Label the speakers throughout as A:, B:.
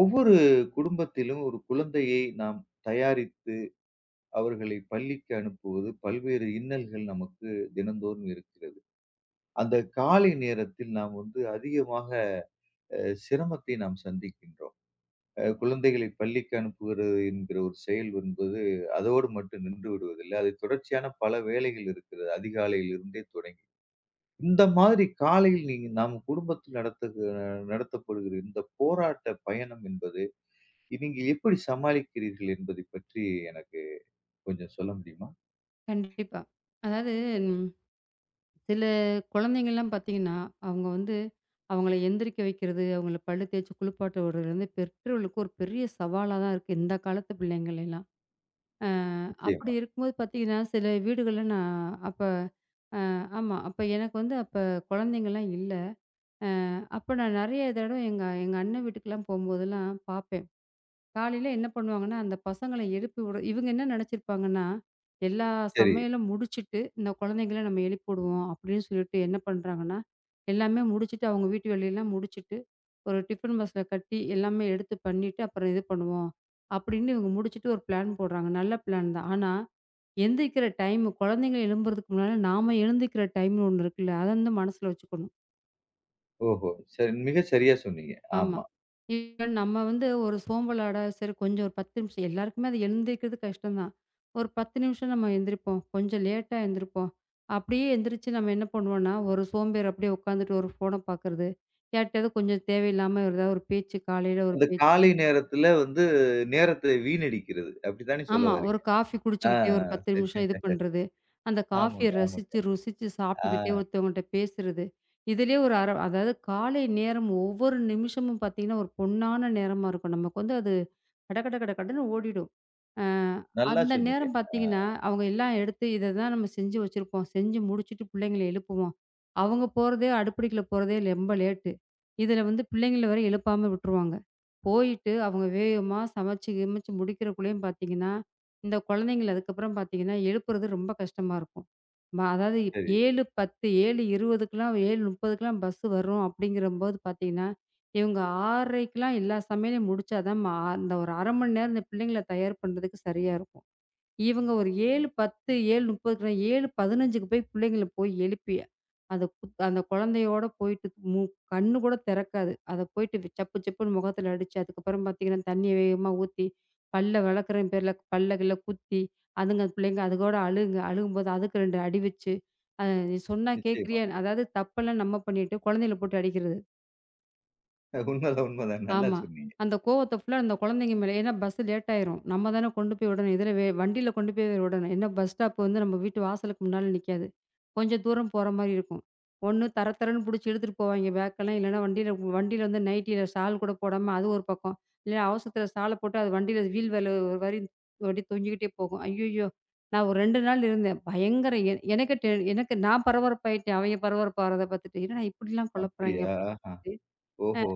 A: ஒவ்வொரு குடும்பத்திலும் ஒரு குழந்தையை நாம் தயாரித்து அவர்களை பள்ளிக்கு அனுப்புவது பல்வேறு இன்னல்கள் நமக்கு தினந்தோறும் இருக்கிறது. அந்த காலை நேரத்தில் நாம் வந்து அதிகமாக சிரமத்தை நாம் சந்திக்கின்றோம். குழந்தைகளை பள்ளிக்கு அனுப்புகிறது என்கிற ஒரு செயல் என்பது அதோடு மட்டும் நின்று விடுவதில்லை. அது தொடர்ச்சியான பல வேலைகள் இருக்கிறது. அதிகாலையில் இருந்தே தொடங்கி. இந்த மாதிரி காலையில் நாம் குடும்பத்தில் நடத்தப்படுகிற இந்த போராட்ட பயணம் என்பது நீங்க எப்படி சமாளிக்கிறீர்கள் என்பதை பற்றி எனக்கு கொஞ்சம் சொல்ல முடியுமா?
B: கண்டிப்பா. அதாவது, ம் சில குழந்தைங்கள்லாம் பார்த்தீங்கன்னா, அவங்க வந்து அவங்கள எந்திரிக்க வைக்கிறது, அவங்கள பல்லு தேய்ச்சு குளிப்பாட்ட விடுறது வந்து பெற்றோர்களுக்கு ஒரு பெரிய சவாலா தான் இருக்கு, இந்த காலத்து பிள்ளைங்களெல்லாம். அ
A: நிச்சயமா.
B: அப்படி இருக்கும்போது பார்த்தீங்கன்னா, சில வீடுகள்ல நான் அப்ப ஆமா. அப்ப எனக்கு வந்து அப்ப குழந்தைங்கலாம் இல்ல. அப்ப நான் நெறைய தடவ எங்க எங்க அண்ணன் வீட்டுக்கெல்லாம் போம்போதெல்லாம் பார்ப்பேன். காலையில என்ன பண்ணுவாங்கன்னா, அந்த பசங்கள எழுப்பி விட இவங்க என்ன நெனச்சிருப்பாங்கன்னா, எல்லா
A: சரி.
B: சமையலும் முடிச்சுட்டு, இந்த குழந்தைங்கள நம்ம எழுப்பிடுவோம் அப்படின்னு சொல்லிட்டு என்ன பண்றாங்கன்னா, எல்லாமே முடிச்சுட்டு அவங்க வீட்டு வேலையெல்லாம் முடிச்சுட்டு, ஒரு டிஃபன் பாக்ஸ்ல கட்டி எல்லாமே எடுத்து பண்ணிட்டு, அப்புறம் இது பண்ணுவோம் அப்படின்னு இவங்க முடிச்சுட்டு ஒரு பிளான் போடுறாங்க. நல்ல பிளான் தான். ஆனா, எந்திரிக்கிற டைம், குழந்தைங்கள எழும்புறதுக்கு முன்னால நாம எழுந்திரிக்கிற டைம்னு ஒண்ணு இருக்குல்ல. அத வந்து மனசுல வச்சுக்கணும்.
A: ஓஹோ! சரி, மிக சரியா சொன்னீங்க.
B: ஆமா.
A: ஆமா.
B: இப்ப நம்ம வந்து ஒரு சோம்பலோட, சரி கொஞ்சம் ஒரு 10 நிமிஷம் எல்லாருக்குமே அது எழுந்திரிக்கிறது கஷ்டம் தான். ஒரு 10 நிமிஷம் நம்ம எந்திரிப்போம். கொஞ்சம் லேட்டா எந்திரிப்போம். அப்படியே எந்திரிச்சு நம்ம என்ன பண்ணுவோம்னா, ஒரு சோம்பேறி அப்படியே உட்காந்துட்டு ஒரு ஃபோன பார்க்கறது. யார்ட்டயாவது கொஞ்சம் தேவையில்லாம ஏதாவது ஒரு பேச்சு, காலையில ஒரு
A: அந்த
B: பேச்சு.
A: காலை நேரத்துல வந்து நேரத்தை வீணடிக்கிறது. அப்படித்தானே சொல்ல
B: ஆமா. ஒரு
A: வர்றீங்க?
B: காஃபி
A: ஆ,
B: குடிச்சுக்கிட்டே ஒரு
A: ஆ.
B: 10
A: சரி.
B: நிமிஷம் இது பண்றது. அந்த காஃபிய
A: ஆமாங்க, ஆமாங்க.
B: ரசிச்சு, ருசிச்சு
A: ஆ.
B: சாப்பிட்டுக்கிட்டே ஒருத்தவங்கள்ட்ட பேசுறது. இதிலயே ஒரு அர அதாவது காலை நேரம் ஒவ்வொரு நிமிஷமும் பார்த்தீங்கன்னா, ஒரு பொன்னான நேரமா இருக்கும். நமக்கு வந்து அது கட கட கட கடன்னு ஓடிடும். அ
A: நல்லா
B: அந்த
A: சொன்னீங்க.
B: நேரம் பார்த்தீங்கன்னா,
A: ஆ.
B: அவங்க எல்லாம் எடுத்து இத தான் நம்ம செஞ்சு வச்சிருப்போம். செஞ்சு முடிச்சுட்டு பிள்ளைங்கள எழுப்புவோம். அவங்க போறதே, அடுப்படிக்குள்ள போறதே ரொம்ப லேட்டு. இதில வந்து பிள்ளைங்கள வேற எழுப்பாம விட்டுருவாங்க. போயிட்டு அவங்க வேகமா சமைச்சு கிமைச்சு முடிக்கிறக்குள்ளேயும் பார்த்தீங்கன்னா, இந்த குழந்தைங்கள அதுக்கப்புறம் பார்த்தீங்கன்னா, எழுப்புறது ரொம்ப கஷ்டமா இருக்கும். அதாவது,
A: சரி.
B: 7:10, 7:20க்குலாம், 7:30க்குலாம் பஸ் வரும் அப்படிங்கிறம்போது பார்த்தீங்கன்னா, இவங்க 6:30க்குலாம் எல்லா சமையலையும் முடிச்சா தான் அந்த ஒரு 1/2 மணி நேரம் இந்த பிள்ளைங்கள தயார் பண்றதுக்கு சரியா இருக்கும். இவங்க ஒரு 7:10, 7:30 7:15க்கு போய் பிள்ளைங்கள போய் எழுப்பி, அந்த குழந்தையோட போயிட்டு மு கண்ணு கூட திறக்காது. அத போயிட்டு சப்பு சப்புன்னு முகத்துல அடிச்சு, அதுக்கப்புறம் பார்த்தீங்கன்னா, தண்ணிய வேகமா ஊத்தி, பல்ல விளக்குறேன் பேர்ல பல்ல கில்ல குத்தி, அதுங்க பிள்ளைங்க அதுகோட அழுகுங்க. அழுகும்போது அதுக்கு 2 அடி வச்சு, "நீ சொன்னா
A: நிச்சயமா.
B: கேட்கிறியா?" அதாவது தப்பெல்லாம் நம்ம பண்ணிட்டு, குழந்தைகள போட்டு அடிக்கிறது.
A: உண்மதான், உண்மதான். நல்லா
B: ஆமா.
A: சொன்னீங்க.
B: அந்த கோவத்த ஃபுல்லா அந்த குழந்தைங்க மேல, ஏன்னா பஸ் லேட் ஆயிரும். நம்ம தானே கொண்டு போய் விடணும். இதுல வண்டியில கொண்டு போய் விடணும். ஏன்னா பஸ் ஸ்டாப் வந்து நம்ம வீட்டு வாசலுக்கு முன்னால நிக்காது. கொஞ்சம் தூரம் போற மாரி இருக்கும். ஒண்ணு தர தரன்னு புடிச்சு இழுத்துட்டு போவாய்ங்க பேக்கெல்லாம். இல்லன்னா வண்டியில வண்டியில வந்து நைட்டியில ஷால் கூட போடாம அது ஒரு பக்கம். இல்ல அவசரத்துல ஷால போட்டு அது வண்டியில வீல் வேல ஒரு மாரி அப்டியே தொங்கிக்கிட்டே போகும். ஐய்யய்யோ! நான் ஒரு 2 நாள் இருந்தேன். பயங்கர எ எனக்கு டெ எனக்கு நான் பரபரப்பாயிட்டேன். அவைங்க பரபரப்பாறத பாத்துட்டு, என்னடா இப்படிலாம் குழப்புறாய்ங்க
A: அப்படியா? ஆஹா.
B: அப்டின்ட்டு.
A: ஓஹோ!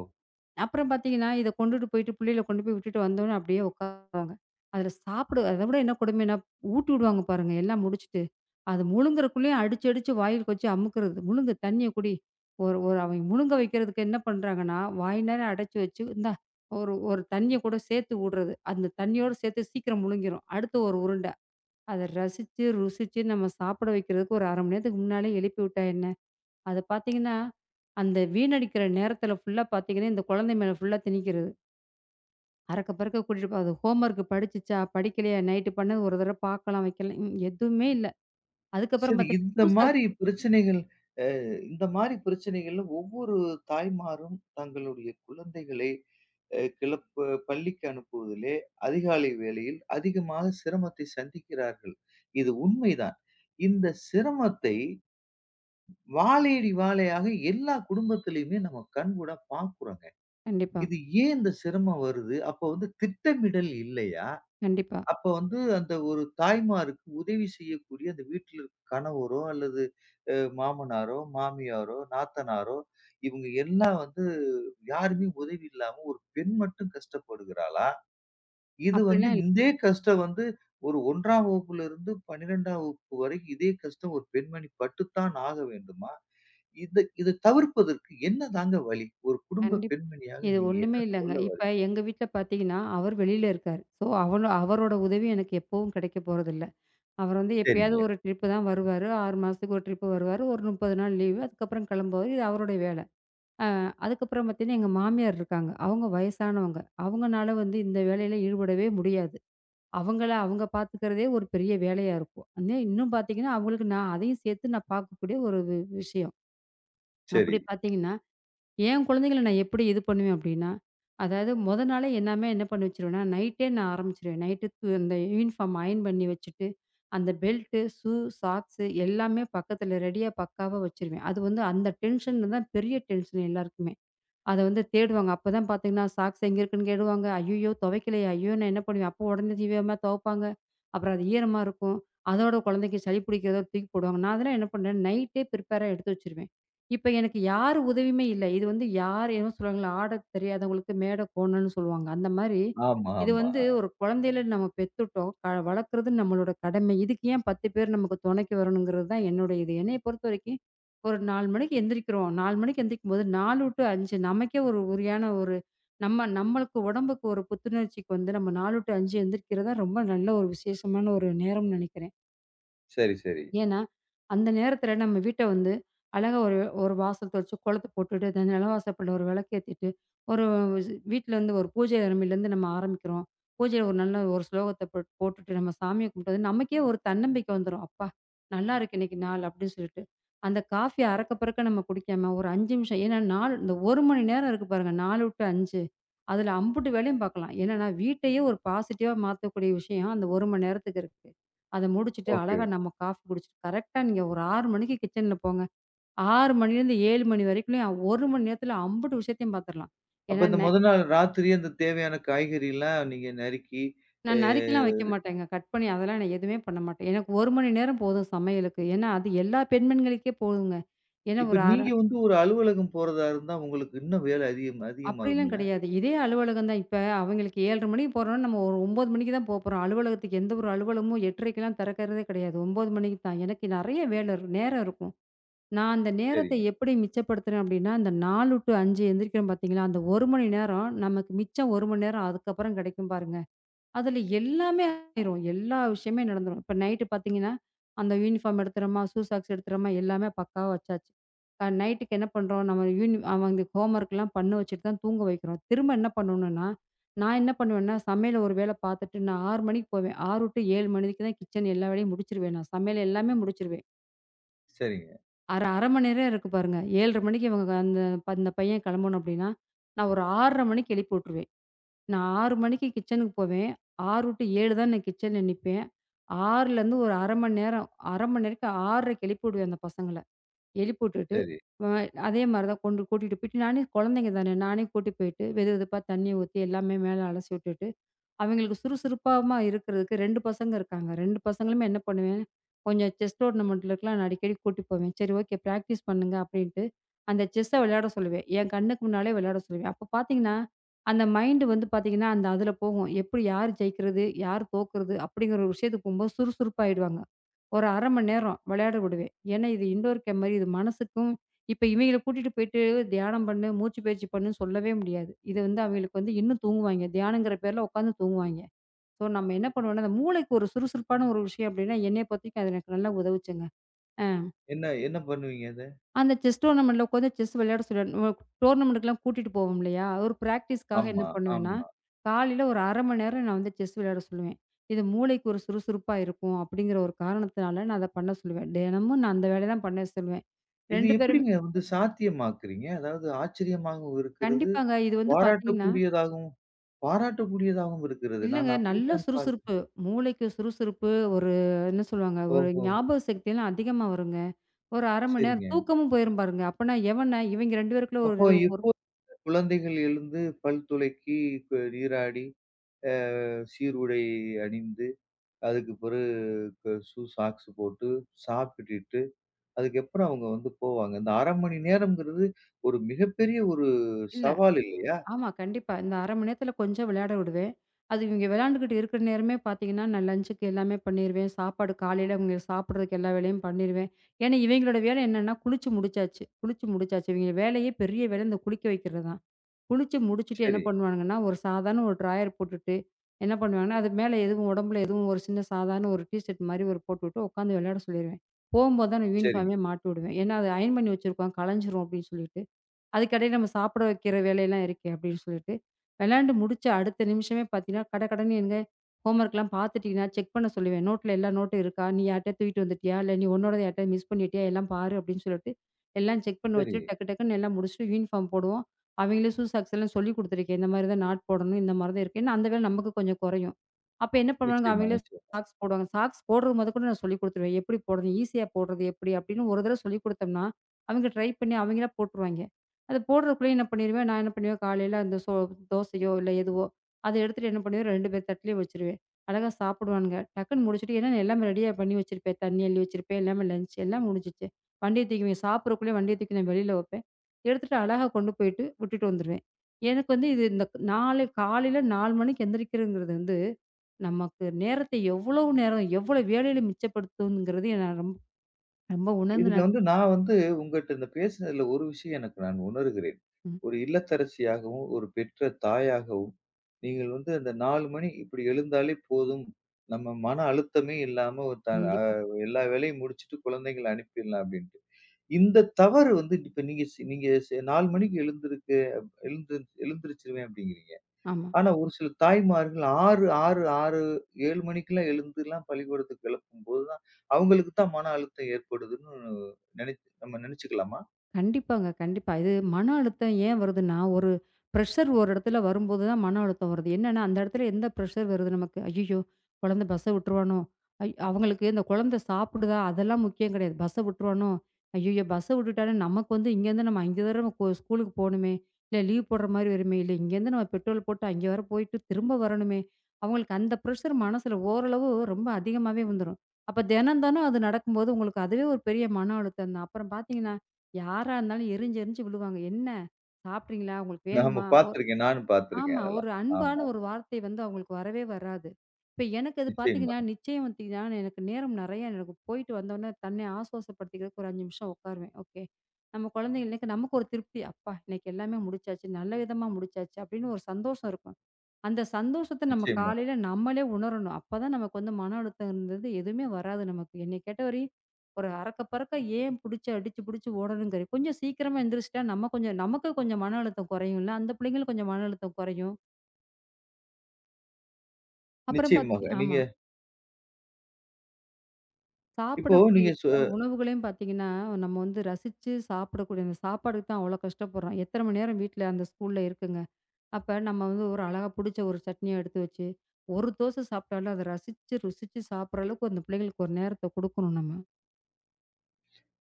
B: அப்புறம் பார்த்தீங்கன்னா, இத கொண்டுட்டு போயிட்டு பிள்ளைகள கொண்டு போய் விட்டுட்டு வந்தோனே அப்படியே உட்காருவாங்க. அதில சாப்பிடு அத விட என்ன கொடுமைன்னா, ஊட்டி விடுவாங்க பாருங்க எல்லாம் முடிச்சுட்டு. அது முழுங்குறக்குள்ளேயும் அடிச்சு, அடிச்சு வாயிலுக்கு வச்சு அமுக்குறது. முழுங்கு, தண்ணிய குடி. ஒரு ஒரு அவன் முழுங்க வைக்கிறதுக்கு என்ன பண்றாங்கன்னா, வாய் நேர அடைச்சு வச்சு, இந்தா ஒரு ஒரு தண்ணிய கூட சேர்த்து வுடுறது. அந்த தண்ணியோட சேர்த்து சீக்கிரம் முழுங்கிரும். அடுத்து ஒரு உருண்ட. அத ரசிச்சு, ருசிச்சு நம்ம சாப்பிட வைக்கிறதுக்கு ஒரு 1/2 மணி நேரத்துக்கு முன்னாலே எழுப்பி விட்டா என்ன? அத பார்த்தீங்கன்னா, அந்த வீணடிக்கிற நேரத்தில ஃபுல்லா பார்த்தீங்கன்னா, இந்த குழந்தை மேல ஃபுல்லா திணிக்கிறது. அரக்க பறக்க கூட்டிட்டு போ, அது ஹோம் ஒர்க் படிச்சுச்சா? படிக்கலையா? நைட்டு பண்ணது ஒரு தடவ பார்க்கலாம், வைக்கலாம் எதுவுமே இல்ல. அதுக்கப்புறம்
A: சரி.
B: பார்த்தீங்கன்னா, ஷூ சாக்ஸ்.
A: அ இந்த மாரி பிரச்சனைகள்ல ஒவ்வொரு தாய்மாரும் தங்களுடைய குழந்தைகளை கிளப்ப பள்ளிக்கு அனுப்புவதிலே அதிகாலை வேளையில் அதிகமாக சிரமத்தை சந்திக்கிறார்கள். இது உண்மைதான். இந்த சிரமத்தை வாழையடி வாழையாக எல்லா குடும்பத்திலயுமே நம்ம கண்கூடா பார்க்குறோங்க.
B: கண்டிப்பா,
A: இது ஏன் இந்த சிரமம் வருது? அப்ப வந்து திட்டமிடல் இல்லையா?
B: கண்டிப்பா.
A: அப்ப வந்து அந்த ஒரு தாய்மாருக்கு உதவி செய்யக்கூடிய அந்த வீட்டில் இருக்க கணவரோ அல்லது மாமனாரோ மாமியாரோ நாத்தனாரோ இவங்க எல்லாம் வந்து யாருமே உதவி இல்லாம ஒரு பெண் மட்டும் கஷ்டப்படுகிறாளா? இது வந்து
B: அப்படிலாம் இல்ல.
A: இதே கஷ்டம் வந்து ஒரு ஒன்றாம் வகுப்புல இருந்து 12ஆம் வகுப்பு வரைக்கும் இதே கஷ்டம் ஒரு பெண்மணி பட்டுத்தான் ஆக வேண்டுமா? இதை தவிர்ப்பதற்கு என்ன தாங்க வழி? ஒரு குடும்ப
B: கண்டிப்பா.
A: பெண்மணியாக
B: இது
A: நீங்க
B: ஒண்ணுமே
A: என்ன
B: இல்லங்க.
A: சொல்ல
B: இப்ப
A: வரீங்க?
B: எங்க வீட்ல பார்த்தீங்கன்னா, அவர் வெளியில இருக்காரு. ஸோ, அவளோ அவரோட உதவி எனக்கு எப்பவும் கிடைக்க போறதில்ல. அவர் வந்து எப்பயாவது
A: சரிங்க.
B: ஒரு ட்ரிப்பு தான் வருவாரு. 6 மாசத்துக்கு ஒரு ட்ரிப்பு வருவாரு. ஒரு 30 நாள் லீவு. அதுக்கப்புறம் கிளம்புவாரு. இது அவருடைய வேல. அ அதுக்கப்புறம் பார்த்தீங்கன்னா, எங்க மாமியார் இருக்காங்க. அவங்க வயசானவங்க. அவங்கனால வந்து இந்த வேலையில ஈடுபடவே முடியாது. அவங்கள அவங்க பார்த்துக்கிறதே ஒரு பெரிய வேலையா இருக்கும். அந்நே இன்னும் பார்த்தீங்கன்னா, அவங்களுக்கு நான் அதையும் சேர்த்து நான் பார்க்கக்கூடிய ஒரு விஷயம்.
A: சரி.
B: அப்படி பார்த்தீங்கன்னா, என் குழந்தைகள நான் எப்படி இது பண்ணுவேன் அப்படின்னா, அதாவது மொத நாளே எல்லாமே என்ன பண்ணி வச்சுருவேன்னா, நைட்டே நான் ஆரம்பிச்சுருவேன். நைட்டு து அந்த யூனிஃபார்ம் அயர்ன் பண்ணி வச்சுட்டு, அந்த பெல்ட்டு, ஷூ, சாக்ஸு எல்லாமே பக்கத்துல ரெடியா பக்காவா வச்சுருவேன். அது வந்து அந்த டென்ஷன் தான் பெரிய டென்ஷன் எல்லாருக்குமே. அத வந்து தேடுவாங்க. அப்பதான் பார்த்தீங்கன்னா, சாக்ஸ் எங்க இருக்குன்னு தேடுவாங்க. ஐய்யயோ! துவைக்கலையே! ஐயோ! நான் என்ன பண்ணுவேன்? அப்போ உடனே தீவிரமா துவைப்பாங்க. அப்புறம் அது ஈரமா இருக்கும். அதோட குழந்தைக்கு சளி பிடிக்கிறதோட தூக்கி போடுவாங்க. நான் அதெல்லாம் என்ன பண்ணேன், நைட்டே ப்ரிப்பேரா எடுத்து வச்சுருவேன். இப்ப எனக்கு யார் உதவியுமே இல்ல. இது வந்து யார் என்னமோ சொல்லுவாங்கல்ல, ஆடத் தெரியாதவங்களுக்கு மேடை கோணம்னு சொல்லுவாங்க. அந்த மாரி
A: ஆமா,
B: இது
A: ஆமா.
B: வந்து ஒரு குழந்தையில நம்ம பெத்துட்டோம். வளர்க்குறது நம்மளோட கடமை. இதுக்கு ஏன் 10 பேர் நமக்கு துணைக்கு வரணுங்கிறது தான் என்னுடைய இது. என்னைய பொறுத்தவரைக்கும் ஒரு 4 மணிக்கு எந்திரிக்கிறோம். 4 மணிக்கு எந்திரிக்கும்போது 4 டூ 5 நமக்கே ஒரு உரியான ஒரு நம்மளுக்கு உடம்புக்கு ஒரு புத்துணர்ச்சிக்கு வந்து நம்ம 4 டூ 5 எந்திரிக்கிறது தான் ரொம்ப நல்ல ஒரு விசேஷமான ஒரு நேரம்னு நெனைக்கிறேன்.
A: சரி. சரி.
B: ஏன்னா, அந்த நேரத்தில நம்ம வீட்ட வந்து அழகா ஒரு ஒரு வாசல் தெளிச்சு, கோலத்த போட்டுட்டு, அந்த நிலவாசப்படில ஒரு விளக்கேத்திட்டு, ஒரு வீட்லருந்து ஒரு பூஜை அறைமையிலேருந்து நம்ம ஆரம்பிக்கிறோம். பூஜையில ஒரு நல்ல ஒரு ஸ்லோகத்த போட்டுட்டு நம்ம சாமிய கும்பிட்டது நமக்கே ஒரு தன்னம்பிக்கை வந்துரும். அப்பா! நல்லாயிருக்கு இன்னைக்கு நாள் அப்படின்னு சொல்லிட்டு. அந்த காஃபிய அறக்க பறக்க நம்ம குடிக்காம ஒரு 5 நிமிஷம், ஏன்னா நாள் இந்த 1 மணி நேரம் இருக்கு பாருங்க. 4 டூ 5 அதுல அம்புட்டு வேலையும் பார்க்கலாம். என்னன்னா, வீட்டையே ஒரு பாசிட்டிவா மாத்தக்கூடிய விஷயம் அந்த 1 மணி நேரத்துக்கு இருக்கு. அத முடிச்சுட்டு
A: ஓகே.
B: அழகா நம்ம காஃபி குடிச்சிட்டு கரெக்ட்டா நீங்க ஒரு 6 மணிக்கு கிச்சன்ல போங்க. 6 மணிலேருந்து 7 மணி வரைக்குலயும் 1 மணி நேரத்துல அம்புட்டு விஷயத்தையும் பார்த்துரலாம்.
A: அப்ப
B: ஏன்னா,
A: இந்த மொத நாள் ராத்திரியே அந்த தேவையான காய்கறிலாம் நீங்க நறுக்கி, அ
B: நான் நறுக்கிலாம் வைக்க மாட்டேங்க. கட் பண்ணி அதெல்லாம் நான் எதுவுமே பண்ண மாட்டேன். எனக்கு 1 மணி நேரம் போதும் சமையலுக்கு. ஏன்னா, அது எல்லா பெண்மணிகளுக்கே போதுங்க. ஏன்னா,
A: இப்ப
B: ஒரு அர
A: நீங்க வந்து ஒரு அலுவலகம் போறதா இருந்தா, உங்களுக்கு இன்னும் வேலை அதிகம்
B: அப்படிலாம்
A: அதிகமாகும்ல?
B: கிடையாது. இதே அலுவலகம் தான். இப்ப அவங்களுக்கு 7:30 மணிக்கு போறோம்னா, நம்ம ஒரு 9 மணிக்கு தான் போப்போறோம். அலுவலகத்துக்கு எந்த ஒரு அலுவலகமும் 8:30க்கெல்லாம் திறக்கிறதே கிடையாது. 9 மணிக்கு தான். எனக்கு நெறைய வேலை இருக்கும். நேரம் இருக்கும். நான் அந்த நேரத்தை
A: சரிங்க,
B: எப்படி மிச்சப்படுத்துறேன் அப்படின்னா, அந்த 4 டூ 5 எந்திரிக்கிறோம் பார்த்தீங்களா, அந்த 1 மணி நேரம் நமக்கு மிச்சம் 1 மணி நேரம் அதுக்கப்புறம் கிடைக்கும் பாருங்க. அதுல எல்லாமே ஆயிரும். எல்லா விஷயமே நடந்துரும். இப்ப நைட்டு பார்த்தீங்கன்னா, அந்த யூனிஃபார்ம் எடுத்துறோமா, ஷூ சாக்ஸ் எடுத்துறோமா, எல்லாமே பக்காவா வச்சாச்சு. நைட்டுக்கு என்ன பண்றோம், நம்ம யூனி அவங்களுக்கு ஹோம் ஒர்க்லாம் பண்ண வச்சுட்டு தான் தூங்க வைக்கிறோம். திரும்ப என்ன பண்ணணும்னா, நான் என்ன பண்ணுவேன்னா, சமையல ஒரு வேளை பார்த்துட்டு நான் 6 மணிக்கு போவேன். 6-7 மணிக்கு தான் கிச்சன் எல்லா வேலையும் முடிச்சுருவேன் நான். சமையல் எல்லாமே முடிச்சுருவேன்.
A: சரிங்க,
B: 1/2 மணி நேரம் இருக்கு பாருங்க. 7:30 மணிக்கு இவங்க அந்த அந்த பையன் கிளம்பணும் அப்படின்னா, நான் ஒரு 6:30 மணிக்கு எழுப்பி விட்டுருவேன். நான் 6 மணிக்கு கிச்சனுக்கு போவேன். 6-7 தான் நான் கிச்சன்ல நிப்பேன். 6லருந்து ஒரு 1/2 மணி நேரம் 1/2 மணி நேரத்துக்கு 6:30க்கு எழுப்பி விடுவேன் அந்த பசங்கள. எழுப்பி விட்டுட்டு,
A: சரி.
B: அ அதே மாரி தான் கொண்டு கூட்டிட்டு போயிட்டு நானே, குழந்தைங்க தானே! நானே கூட்டி போயிட்டு வெது வெதுப்பா தண்ணீ ஊத்தி எல்லாமே மேல அலசி விட்டுட்டு அவங்களுக்கு சுறுசுறுப்பாமா இருக்கிறதுக்கு 2 பசங்க இருக்காங்க. 2 பசங்களுமே என்ன பண்ணுவேன், கொஞ்சம் செஸ் டோர்னமெண்ட்லக்கலாம் நான் அடிக்கடி கூட்டி போவேன். சரி ஓகே பிராக்டிஸ் பண்ணுங்க அப்படின்ட்டு, அந்த செஸ்ஸ விளையாட சொல்லுவேன். என் கண்ணுக்கு முன்னாலே விளையாட சொல்லுவேன். அப்ப பார்த்தீங்கன்னா, அந்த மைண்ட் வந்து பார்த்தீங்கன்னா, அந்த அதுல போகும். எப்படி யார் ஜெயிக்கிறது, யார் தோக்குறது அப்படிங்கிற ஒரு விஷயத்துக்கு போம்போது சுறுசுறுப்பாயிடுவாங்க. ஒரு 1/2 மணி நேரம் விளையாட விடுவேன். ஏன்னா இது இன்டோர் கேம் மாரி இது மனசுக்கும். இப்ப இவைங்கள கூட்டிட்டு போயிட்டு தியானம் பண்ணு, மூச்சு பயிற்சி பண்ணுன்னு சொல்லவே முடியாது. இது வந்து அவைங்களுக்கு வந்து இன்னும் தூங்குவாய்ங்க. தியானங்கிற பேர்ல உட்காந்து தூங்குவாய்ங்க. ஸோ, நம்ம என்ன பண்ணுவோம்னா, அந்த மூளைக்கு ஒரு சுறுசுறுப்பான ஒரு விஷயம் அப்டின்னா, என்னைய பொறுத்தவரைக்கும் அது எனக்கு நல்லா உதவுச்சுங்க. அ
A: என்ன என்ன பண்ணுவீங்க அத?
B: அந்த செஸ் டோர்னமெண்ட்ல உட்காந்து செஸ் விளையாட சொல்ல, டோர்னமெண்ட்டுக்குலாம் கூட்டிட்டு போவோம் இல்லையா? ஒரு பிராக்டிஸ்க்காக என்ன
A: ஆமா,
B: பண்ணுவேன்னா,
A: ஆமா.
B: காலையில ஒரு 1/2 மணி நேரம் நான் வந்து செஸ் விளையாட சொல்லுவேன். இது மூளைக்கு ஒரு சுறுசுறுப்பா இருக்கும் அப்டிங்கிற ஒரு காரணத்தினால நான் அத பண்ண சொல்லுவேன். தினமும் நான் அந்த வேலைய தான் பண்ண சொல்லுவேன்.
A: இது
B: 2 பேருமே
A: எப்படிங்க வந்து சாத்தியமாக்குறீங்க? அதாவது ஆச்சரியமாகவும் இருக்கிறது,
B: கண்டிப்பாங்க. இது வந்து பார்த்தீங்கன்னா
A: பாராட்டக்கூடியதாகவும் பாராட்டக்கூடியதாகவும் இருக்கிறது. நான்
B: இல்லங்க. நல்ல
A: அப்படித்தான் பார்க்கிறேன்.
B: சுறுசுறுப்பு. மூளைக்கு சுறுசுறுப்பு, ஒரு என்ன சொல்லுவாங்க, ஒரு
A: ஓஹோ!
B: ஞாபக சக்திலாம் அதிகமா வருங்க. ஒரு 1/2 மணி நேரம்
A: சரிங்க.
B: தூக்கமும் போயிரும் பாருங்க. அப்பன்னா எவன இவைங்க 2 பேருக்குள்ள ஒரு
A: அப்போ
B: இது ஒரு
A: எப்போது குழந்தைகள் எழுந்து பல் துலக்கி, நீராடி, அ சீருடை அணிந்து அதுக்கு பிறகு ஷூ, சாக்ஸ் போட்டு சாப்பிட்டுட்டு, அதுக்கப்புறம் அவங்க வந்து போவாங்க. இந்த 1/2 மணி நேரம்ங்கிறது ஒரு மிகப்பெரிய ஒரு
B: இல்ல.
A: சவால் இல்லையா?
B: ஆமா, கண்டிப்பா. இந்த 1/2 மணி நேரத்தில கொஞ்சம் விளையாட விடுவேன். அது இவைங்க விளையாண்டுக்கிட்டு இருக்கிற நேரமே பார்த்தீங்கன்னா, நான் லஞ்சுக்கு எல்லாமே பண்ணிருவேன். சாப்பாடு காலையில இவங்க சாப்பிடுறதுக்கு எல்லா வேலையும் பண்ணிருவேன். ஏன்னா, இவைங்களோட வேலை என்னன்னா, குளிச்சு முடிச்சாச்சு. குளிச்சு முடிச்சாச்சு. இவைங்க வேலையே பெரிய வேலை இந்த குளிக்க வைக்கிறது தான். குளிச்சு முடிச்சுட்டு என்ன
A: சரி,
B: பண்ணுவானுங்கன்னா, ஒரு சாதாரண ஒரு ட்ராயர் போட்டுட்டு, என்ன பண்ணுவாங்கன்னா, அது மேல எதுவும் உடம்புல எதுவும் ஒரு சின்ன சாதாரண ஒரு டீ ஷர்ட் மாரி ஒரு போட்டுவிட்டு உட்காந்து விளையாட சொல்லிருவேன். போம்போது தான் நான்
A: சரிங்க.
B: யூனிஃபார்மே மாட்டி விடுவேன். ஏன்னா, அது அயர்ன் பண்ணி வச்சிருக்கோம் கலஞ்சிரும் அப்படின்னு சொல்லிட்டு. அதுக்கடையில நம்ம சாப்பிட வைக்கிற வேலையெல்லாம் இருக்கே அப்படின்னு சொல்லிட்டு, விளையாண்டு முடிச்ச அடுத்த நிமிஷமே பார்த்தீங்கன்னா, கட கடன்னு எங்க ஹோம்வொர்க்லாம் பார்த்துட்டீங்கன்னா, செக் பண்ண சொல்லுவேன். நோட்ல எல்லா நோட்டும் இருக்கா? நீ யார்ட்டயா தூக்கிட்டு வந்துட்டியா? இல்ல நீ உன்னோடத யார்ட்டயாவது மிஸ் பண்ணிட்டியா? எல்லாம் பாரு அப்படின்னு சொல்லிட்டு, எல்லாம் செக் பண்ண
A: சரி.
B: வச்சுட்டு டக்கு டக்குன்னு எல்லாம் முடிச்சுட்டு யூனிஃபார்ம் போடுவோம். அவங்களே ஷூ, சாக்ஸ் எல்லாம் சொல்லிக் குடுத்துருக்கேன். இந்த மாரி தான் நாட் போடணும். இந்த மாரி தான் இருக்கு. ஏன்னா அந்த வேலை நமக்கு கொஞ்சம் குறையும். அப்ப என்ன பண்ணுவாங்க,
A: நிச்சயமா,
B: அவங்களே
A: நிச்சயம்.
B: சாக்ஸ் போடுவாங்க. சாக்ஸ் போடுறது மொதற்கொண்டு நான் சொல்லிக் குடுத்துருவேன். எப்படி போடுறது? ஈஸியா போடுறது எப்படி? அப்படின்னு ஒரு தடவ சொல்லிக் குடுத்தோம்னா, அவங்க ட்ரை பண்ணி அவங்களா போட்டுருவாய்ங்க. அது போடுறதுக்குள்ளயே என்ன பண்ணிருவேன், நான் என்ன பண்ணுவேன் காலையில அந்த தோசையோ இல்ல எதுவோ, அத எடுத்துட்டு என்ன பண்ணுவேன் 2 பேர் தட்டுலயும் வச்சுருவேன். அழகா சாப்பிடுவானுங்க. டக்குன்னு முடிச்சுட்டு ஏன்னா நான் எல்லாமே ரெடியா பண்ணி வச்சிருப்பேன். தண்ணி அள்ளி வச்சிருப்பேன். எல்லாமே லஞ்ச் எல்லாம் முடிஞ்சிச்சு. வண்டிய தூக்கிவேன் சாப்பிடறக்குள்ளயே வண்டிய தூக்கி நான் வெளியில வைப்பேன். எடுத்துட்டு அழகா கொண்டு போயிட்டு விட்டுட்டு வந்துருவேன். எனக்கு வந்து இது இந்த நாலு காலையில 4 மணிக்கு எந்திரிக்கிறதுங்கிறது வந்து, நமக்கு நேரத்தை எவ்வளவு நேரம் எவ்வளவு வேலையில மிச்சப்படுத்துங்கிறது நான் ரொம்ப ரொம்ப
A: இதுல
B: உணர்ந்தேன்.
A: வந்து நான் வந்து உங்கட்ட இந்த பேசினதுல ஒரு விஷயம் நான் உணர்கிறேன்.
B: ம்.
A: ஒரு இல்லத்தரசியாகவும், ஒரு பெற்ற தாயாகவும், நீங்கள் வந்து அந்த 4 மணி இப்படி எழுந்தாலே போதும். நம்ம மன அழுத்தமே இல்லாம ஒரு த அ
B: கண்டிப்பா.
A: எல்லா வேலையும் முடிச்சுட்டு குழந்தைகள அனுப்பிடலாம் அப்படின்ட்டு. இந்த தவறு வந்து இப்ப நீங்க சி நீங்க சி 4 மணிக்கு எழுந்திருக்கு எழுந்து எழுந்திருச்சுருவேன் அப்படிங்கிறீங்க.
B: ஆமா.
A: ஆனா ஒரு சில தாய்மார்கள் 6, 6, 6, 7 மணிக்கெல்லாம் எழுந்துலாம் பள்ளிக்கூடத்துக்கு கிளப்பும்போது தான், அவங்களுக்கு தான் மன அழுத்தம் ஏற்படுதுன்னு நெனச்சு நம்ம நெனச்சுக்கலாமா?
B: கண்டிப்பாங்க, கண்டிப்பா. இது மன அழுத்தம் ஏன் வருதுன்னா, ஒரு பிரஷர் ஒரு இடத்துல வரும்போது தான் மன அழுத்தம் வருது. என்னன்னா, அந்த இடத்துல எந்த பிரஷர் வருது நமக்கு? ஐய்யய்யோ! குழந்தை பஸ்ஸ விட்டுருவானோ? அவங்களுக்கு இந்த குழந்தை சாப்பிடுதா? அதெல்லாம் முக்கியம் கிடையாது. பஸ்ஸ விட்டுருவானோ? ஐய்யய்யோ! பஸ்ஸ விட்டுட்டானே நமக்கு வந்து இங்கேருந்து நம்ம 5 தடவ ஸ்கூலுக்கு போணுமே! இல்ல லீவ் போடுற மாரி வருமே! இல்ல இங்கேருந்து நம்ம பெட்ரோல் போட்டு அங்கே வர போயிட்டு திரும்ப வரணுமே! அவங்களுக்கு அந்த பிரஷர் மனசுல ஓரளவு ரொம்ப அதிகமாவே வந்துரும். அப்ப தினம் தினம் அது நடக்கும்போது உங்களுக்கு அதுவே ஒரு பெரிய மன அழுத்தம் தான். அப்புறம் பார்த்தீங்கன்னா யாரா இருந்தாலும் எரிஞ்சு எரிஞ்சு விழுவாங்க. "என்ன சாப்பிட்றீங்களா? உங்களுக்கு
A: நாம
B: வேணுமா?"
A: பார்த்துருக்கேன். நானும் பார்த்துருக்கேன்
B: ஆமா.
A: அதெல்லாம்.
B: ஒரு அன்பான
A: ஆமா.
B: ஒரு வார்த்தை வந்து அவங்களுக்கு வரவே வராது. இப்ப எனக்கு அது
A: நிச்சயமாக,
B: பார்த்தீங்கன்னா, நிச்சயம் பார்த்தீங்கன்னா, எனக்கு நேரம் நெறைய எனக்கு போயிட்டு வந்தோனே தன்னை ஆசுவாசப்படுத்திக்கிறதுக்கு ஒரு 5 நிமிஷம் உட்காருவேன். ஓகே. நம்ம குழந்தைங்களுக்கு, நமக்கு ஒரு திருப்தி. "அப்பா! இன்னைக்கு எல்லாமே முடிச்சாச்சு. நல்ல விதமா முடிச்சாச்சு." அப்படின்னு ஒரு சந்தோஷம் இருக்கும். அந்த சந்தோஷத்த நம்ம
A: நிச்சயமாக,
B: காலையில நம்மளே உணரணும். அப்பதான் நமக்கு வந்து மன அழுத்தம்ன்றது எதுவுமே வராது நமக்கு. என்னைய கேட்டவரையும் ஒரு அறக்க பறக்க ஏன் புடிச்சு அடிச்சு புடிச்சு ஓடணுங்கிறே. கொஞ்சம் சீக்கிரமா எந்திரிச்சுட்டா நம்ம கொஞ்சம் நமக்கு கொஞ்சம் மன அழுத்தம் குறையும்ல. அந்த பிள்ளைங்களுக்கு கொஞ்சம் மன அழுத்தம் குறையும். அப்புறம்
A: நிச்சயமாக.
B: பாத்தீங்
A: நீங்க
B: ஆமா.
A: இப்போ
B: சாப்பிடக்கூடிய
A: நீங்க சொ
B: உணவுகளையும் பாத்தீங்கன்னா, நம்ம வந்து ரசிச்சு சாப்பிடக்கூடிய அந்த சாப்பாடுக்கு தான் அவ்வளோ கஷ்டப்படுறோம். எத்தன மணி நேரம் வீட்ல அந்த ஸ்கூல்ல இருக்குங்க. அப்ப நம்ம வந்து ஒரு அழகா புடிச்ச ஒரு சட்னிய எடுத்து வச்சு, ஒரு தோசை சாப்பிட்டாலும் அத ரசிச்சு, ருசிச்சு சாப்பிடுற அளவுக்கு அந்த பிள்ளைங்களுக்கு ஒரு நேரத்த குடுக்கணும் நம்ம.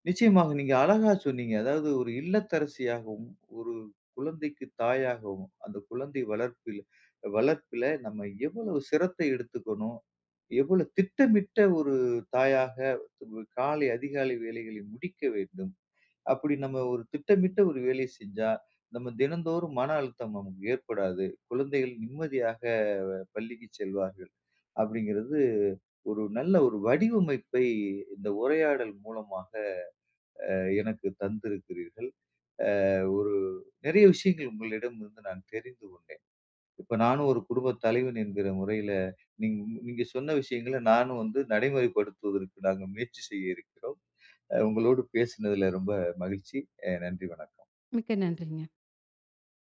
A: நிச்சயமாக நீங்க அழகா சொன்னீங்க. அதாவது ஒரு இல்லத்தரசியாகவும், ஒரு குழந்தைக்கு தாயாகவும், அந்த குழந்தை வளர்ப்பில நம்ம எவ்வளவு சிரத்தை எடுத்துக்கணும்? எவ்வளவு திட்டமிட்ட ஒரு தாயாக அதிகாலை வேலைகளை முடிக்க வேண்டும். அப்படி நம்ம ஒரு திட்டமிட்ட ஒரு வேலை செஞ்சா, நம்ம தினந்தோறும் மன அழுத்தம் நமக்கு ஏற்படாது. குழந்தைகள் நிம்மதியாக பள்ளிக்கு செல்வார்கள். அப்படிங்கிறது ஒரு நல்ல ஒரு வடிவமைப்பை இந்த உரையாடல் மூலமாக எனக்கு தந்திருக்கிறீர்கள். ஒரு நிறைய விஷயங்கள் உங்களிடம் இருந்து நான் தெரிந்து கொண்டேன். இப்ப நானும் ஒரு குடும்ப தலைவன் என்கிற முறையில, நீங் நீங்க சொன்ன விஷயங்கள நானும் வந்து நடைமுறைப்படுத்துவதற்கு நாங்க முயற்சி செய்ய இருக்கிறோம். உங்களோடு பேசினதுல ரொம்ப மகிழ்ச்சி. நன்றி, வணக்கம்.
B: மிக்க நன்றிங்க.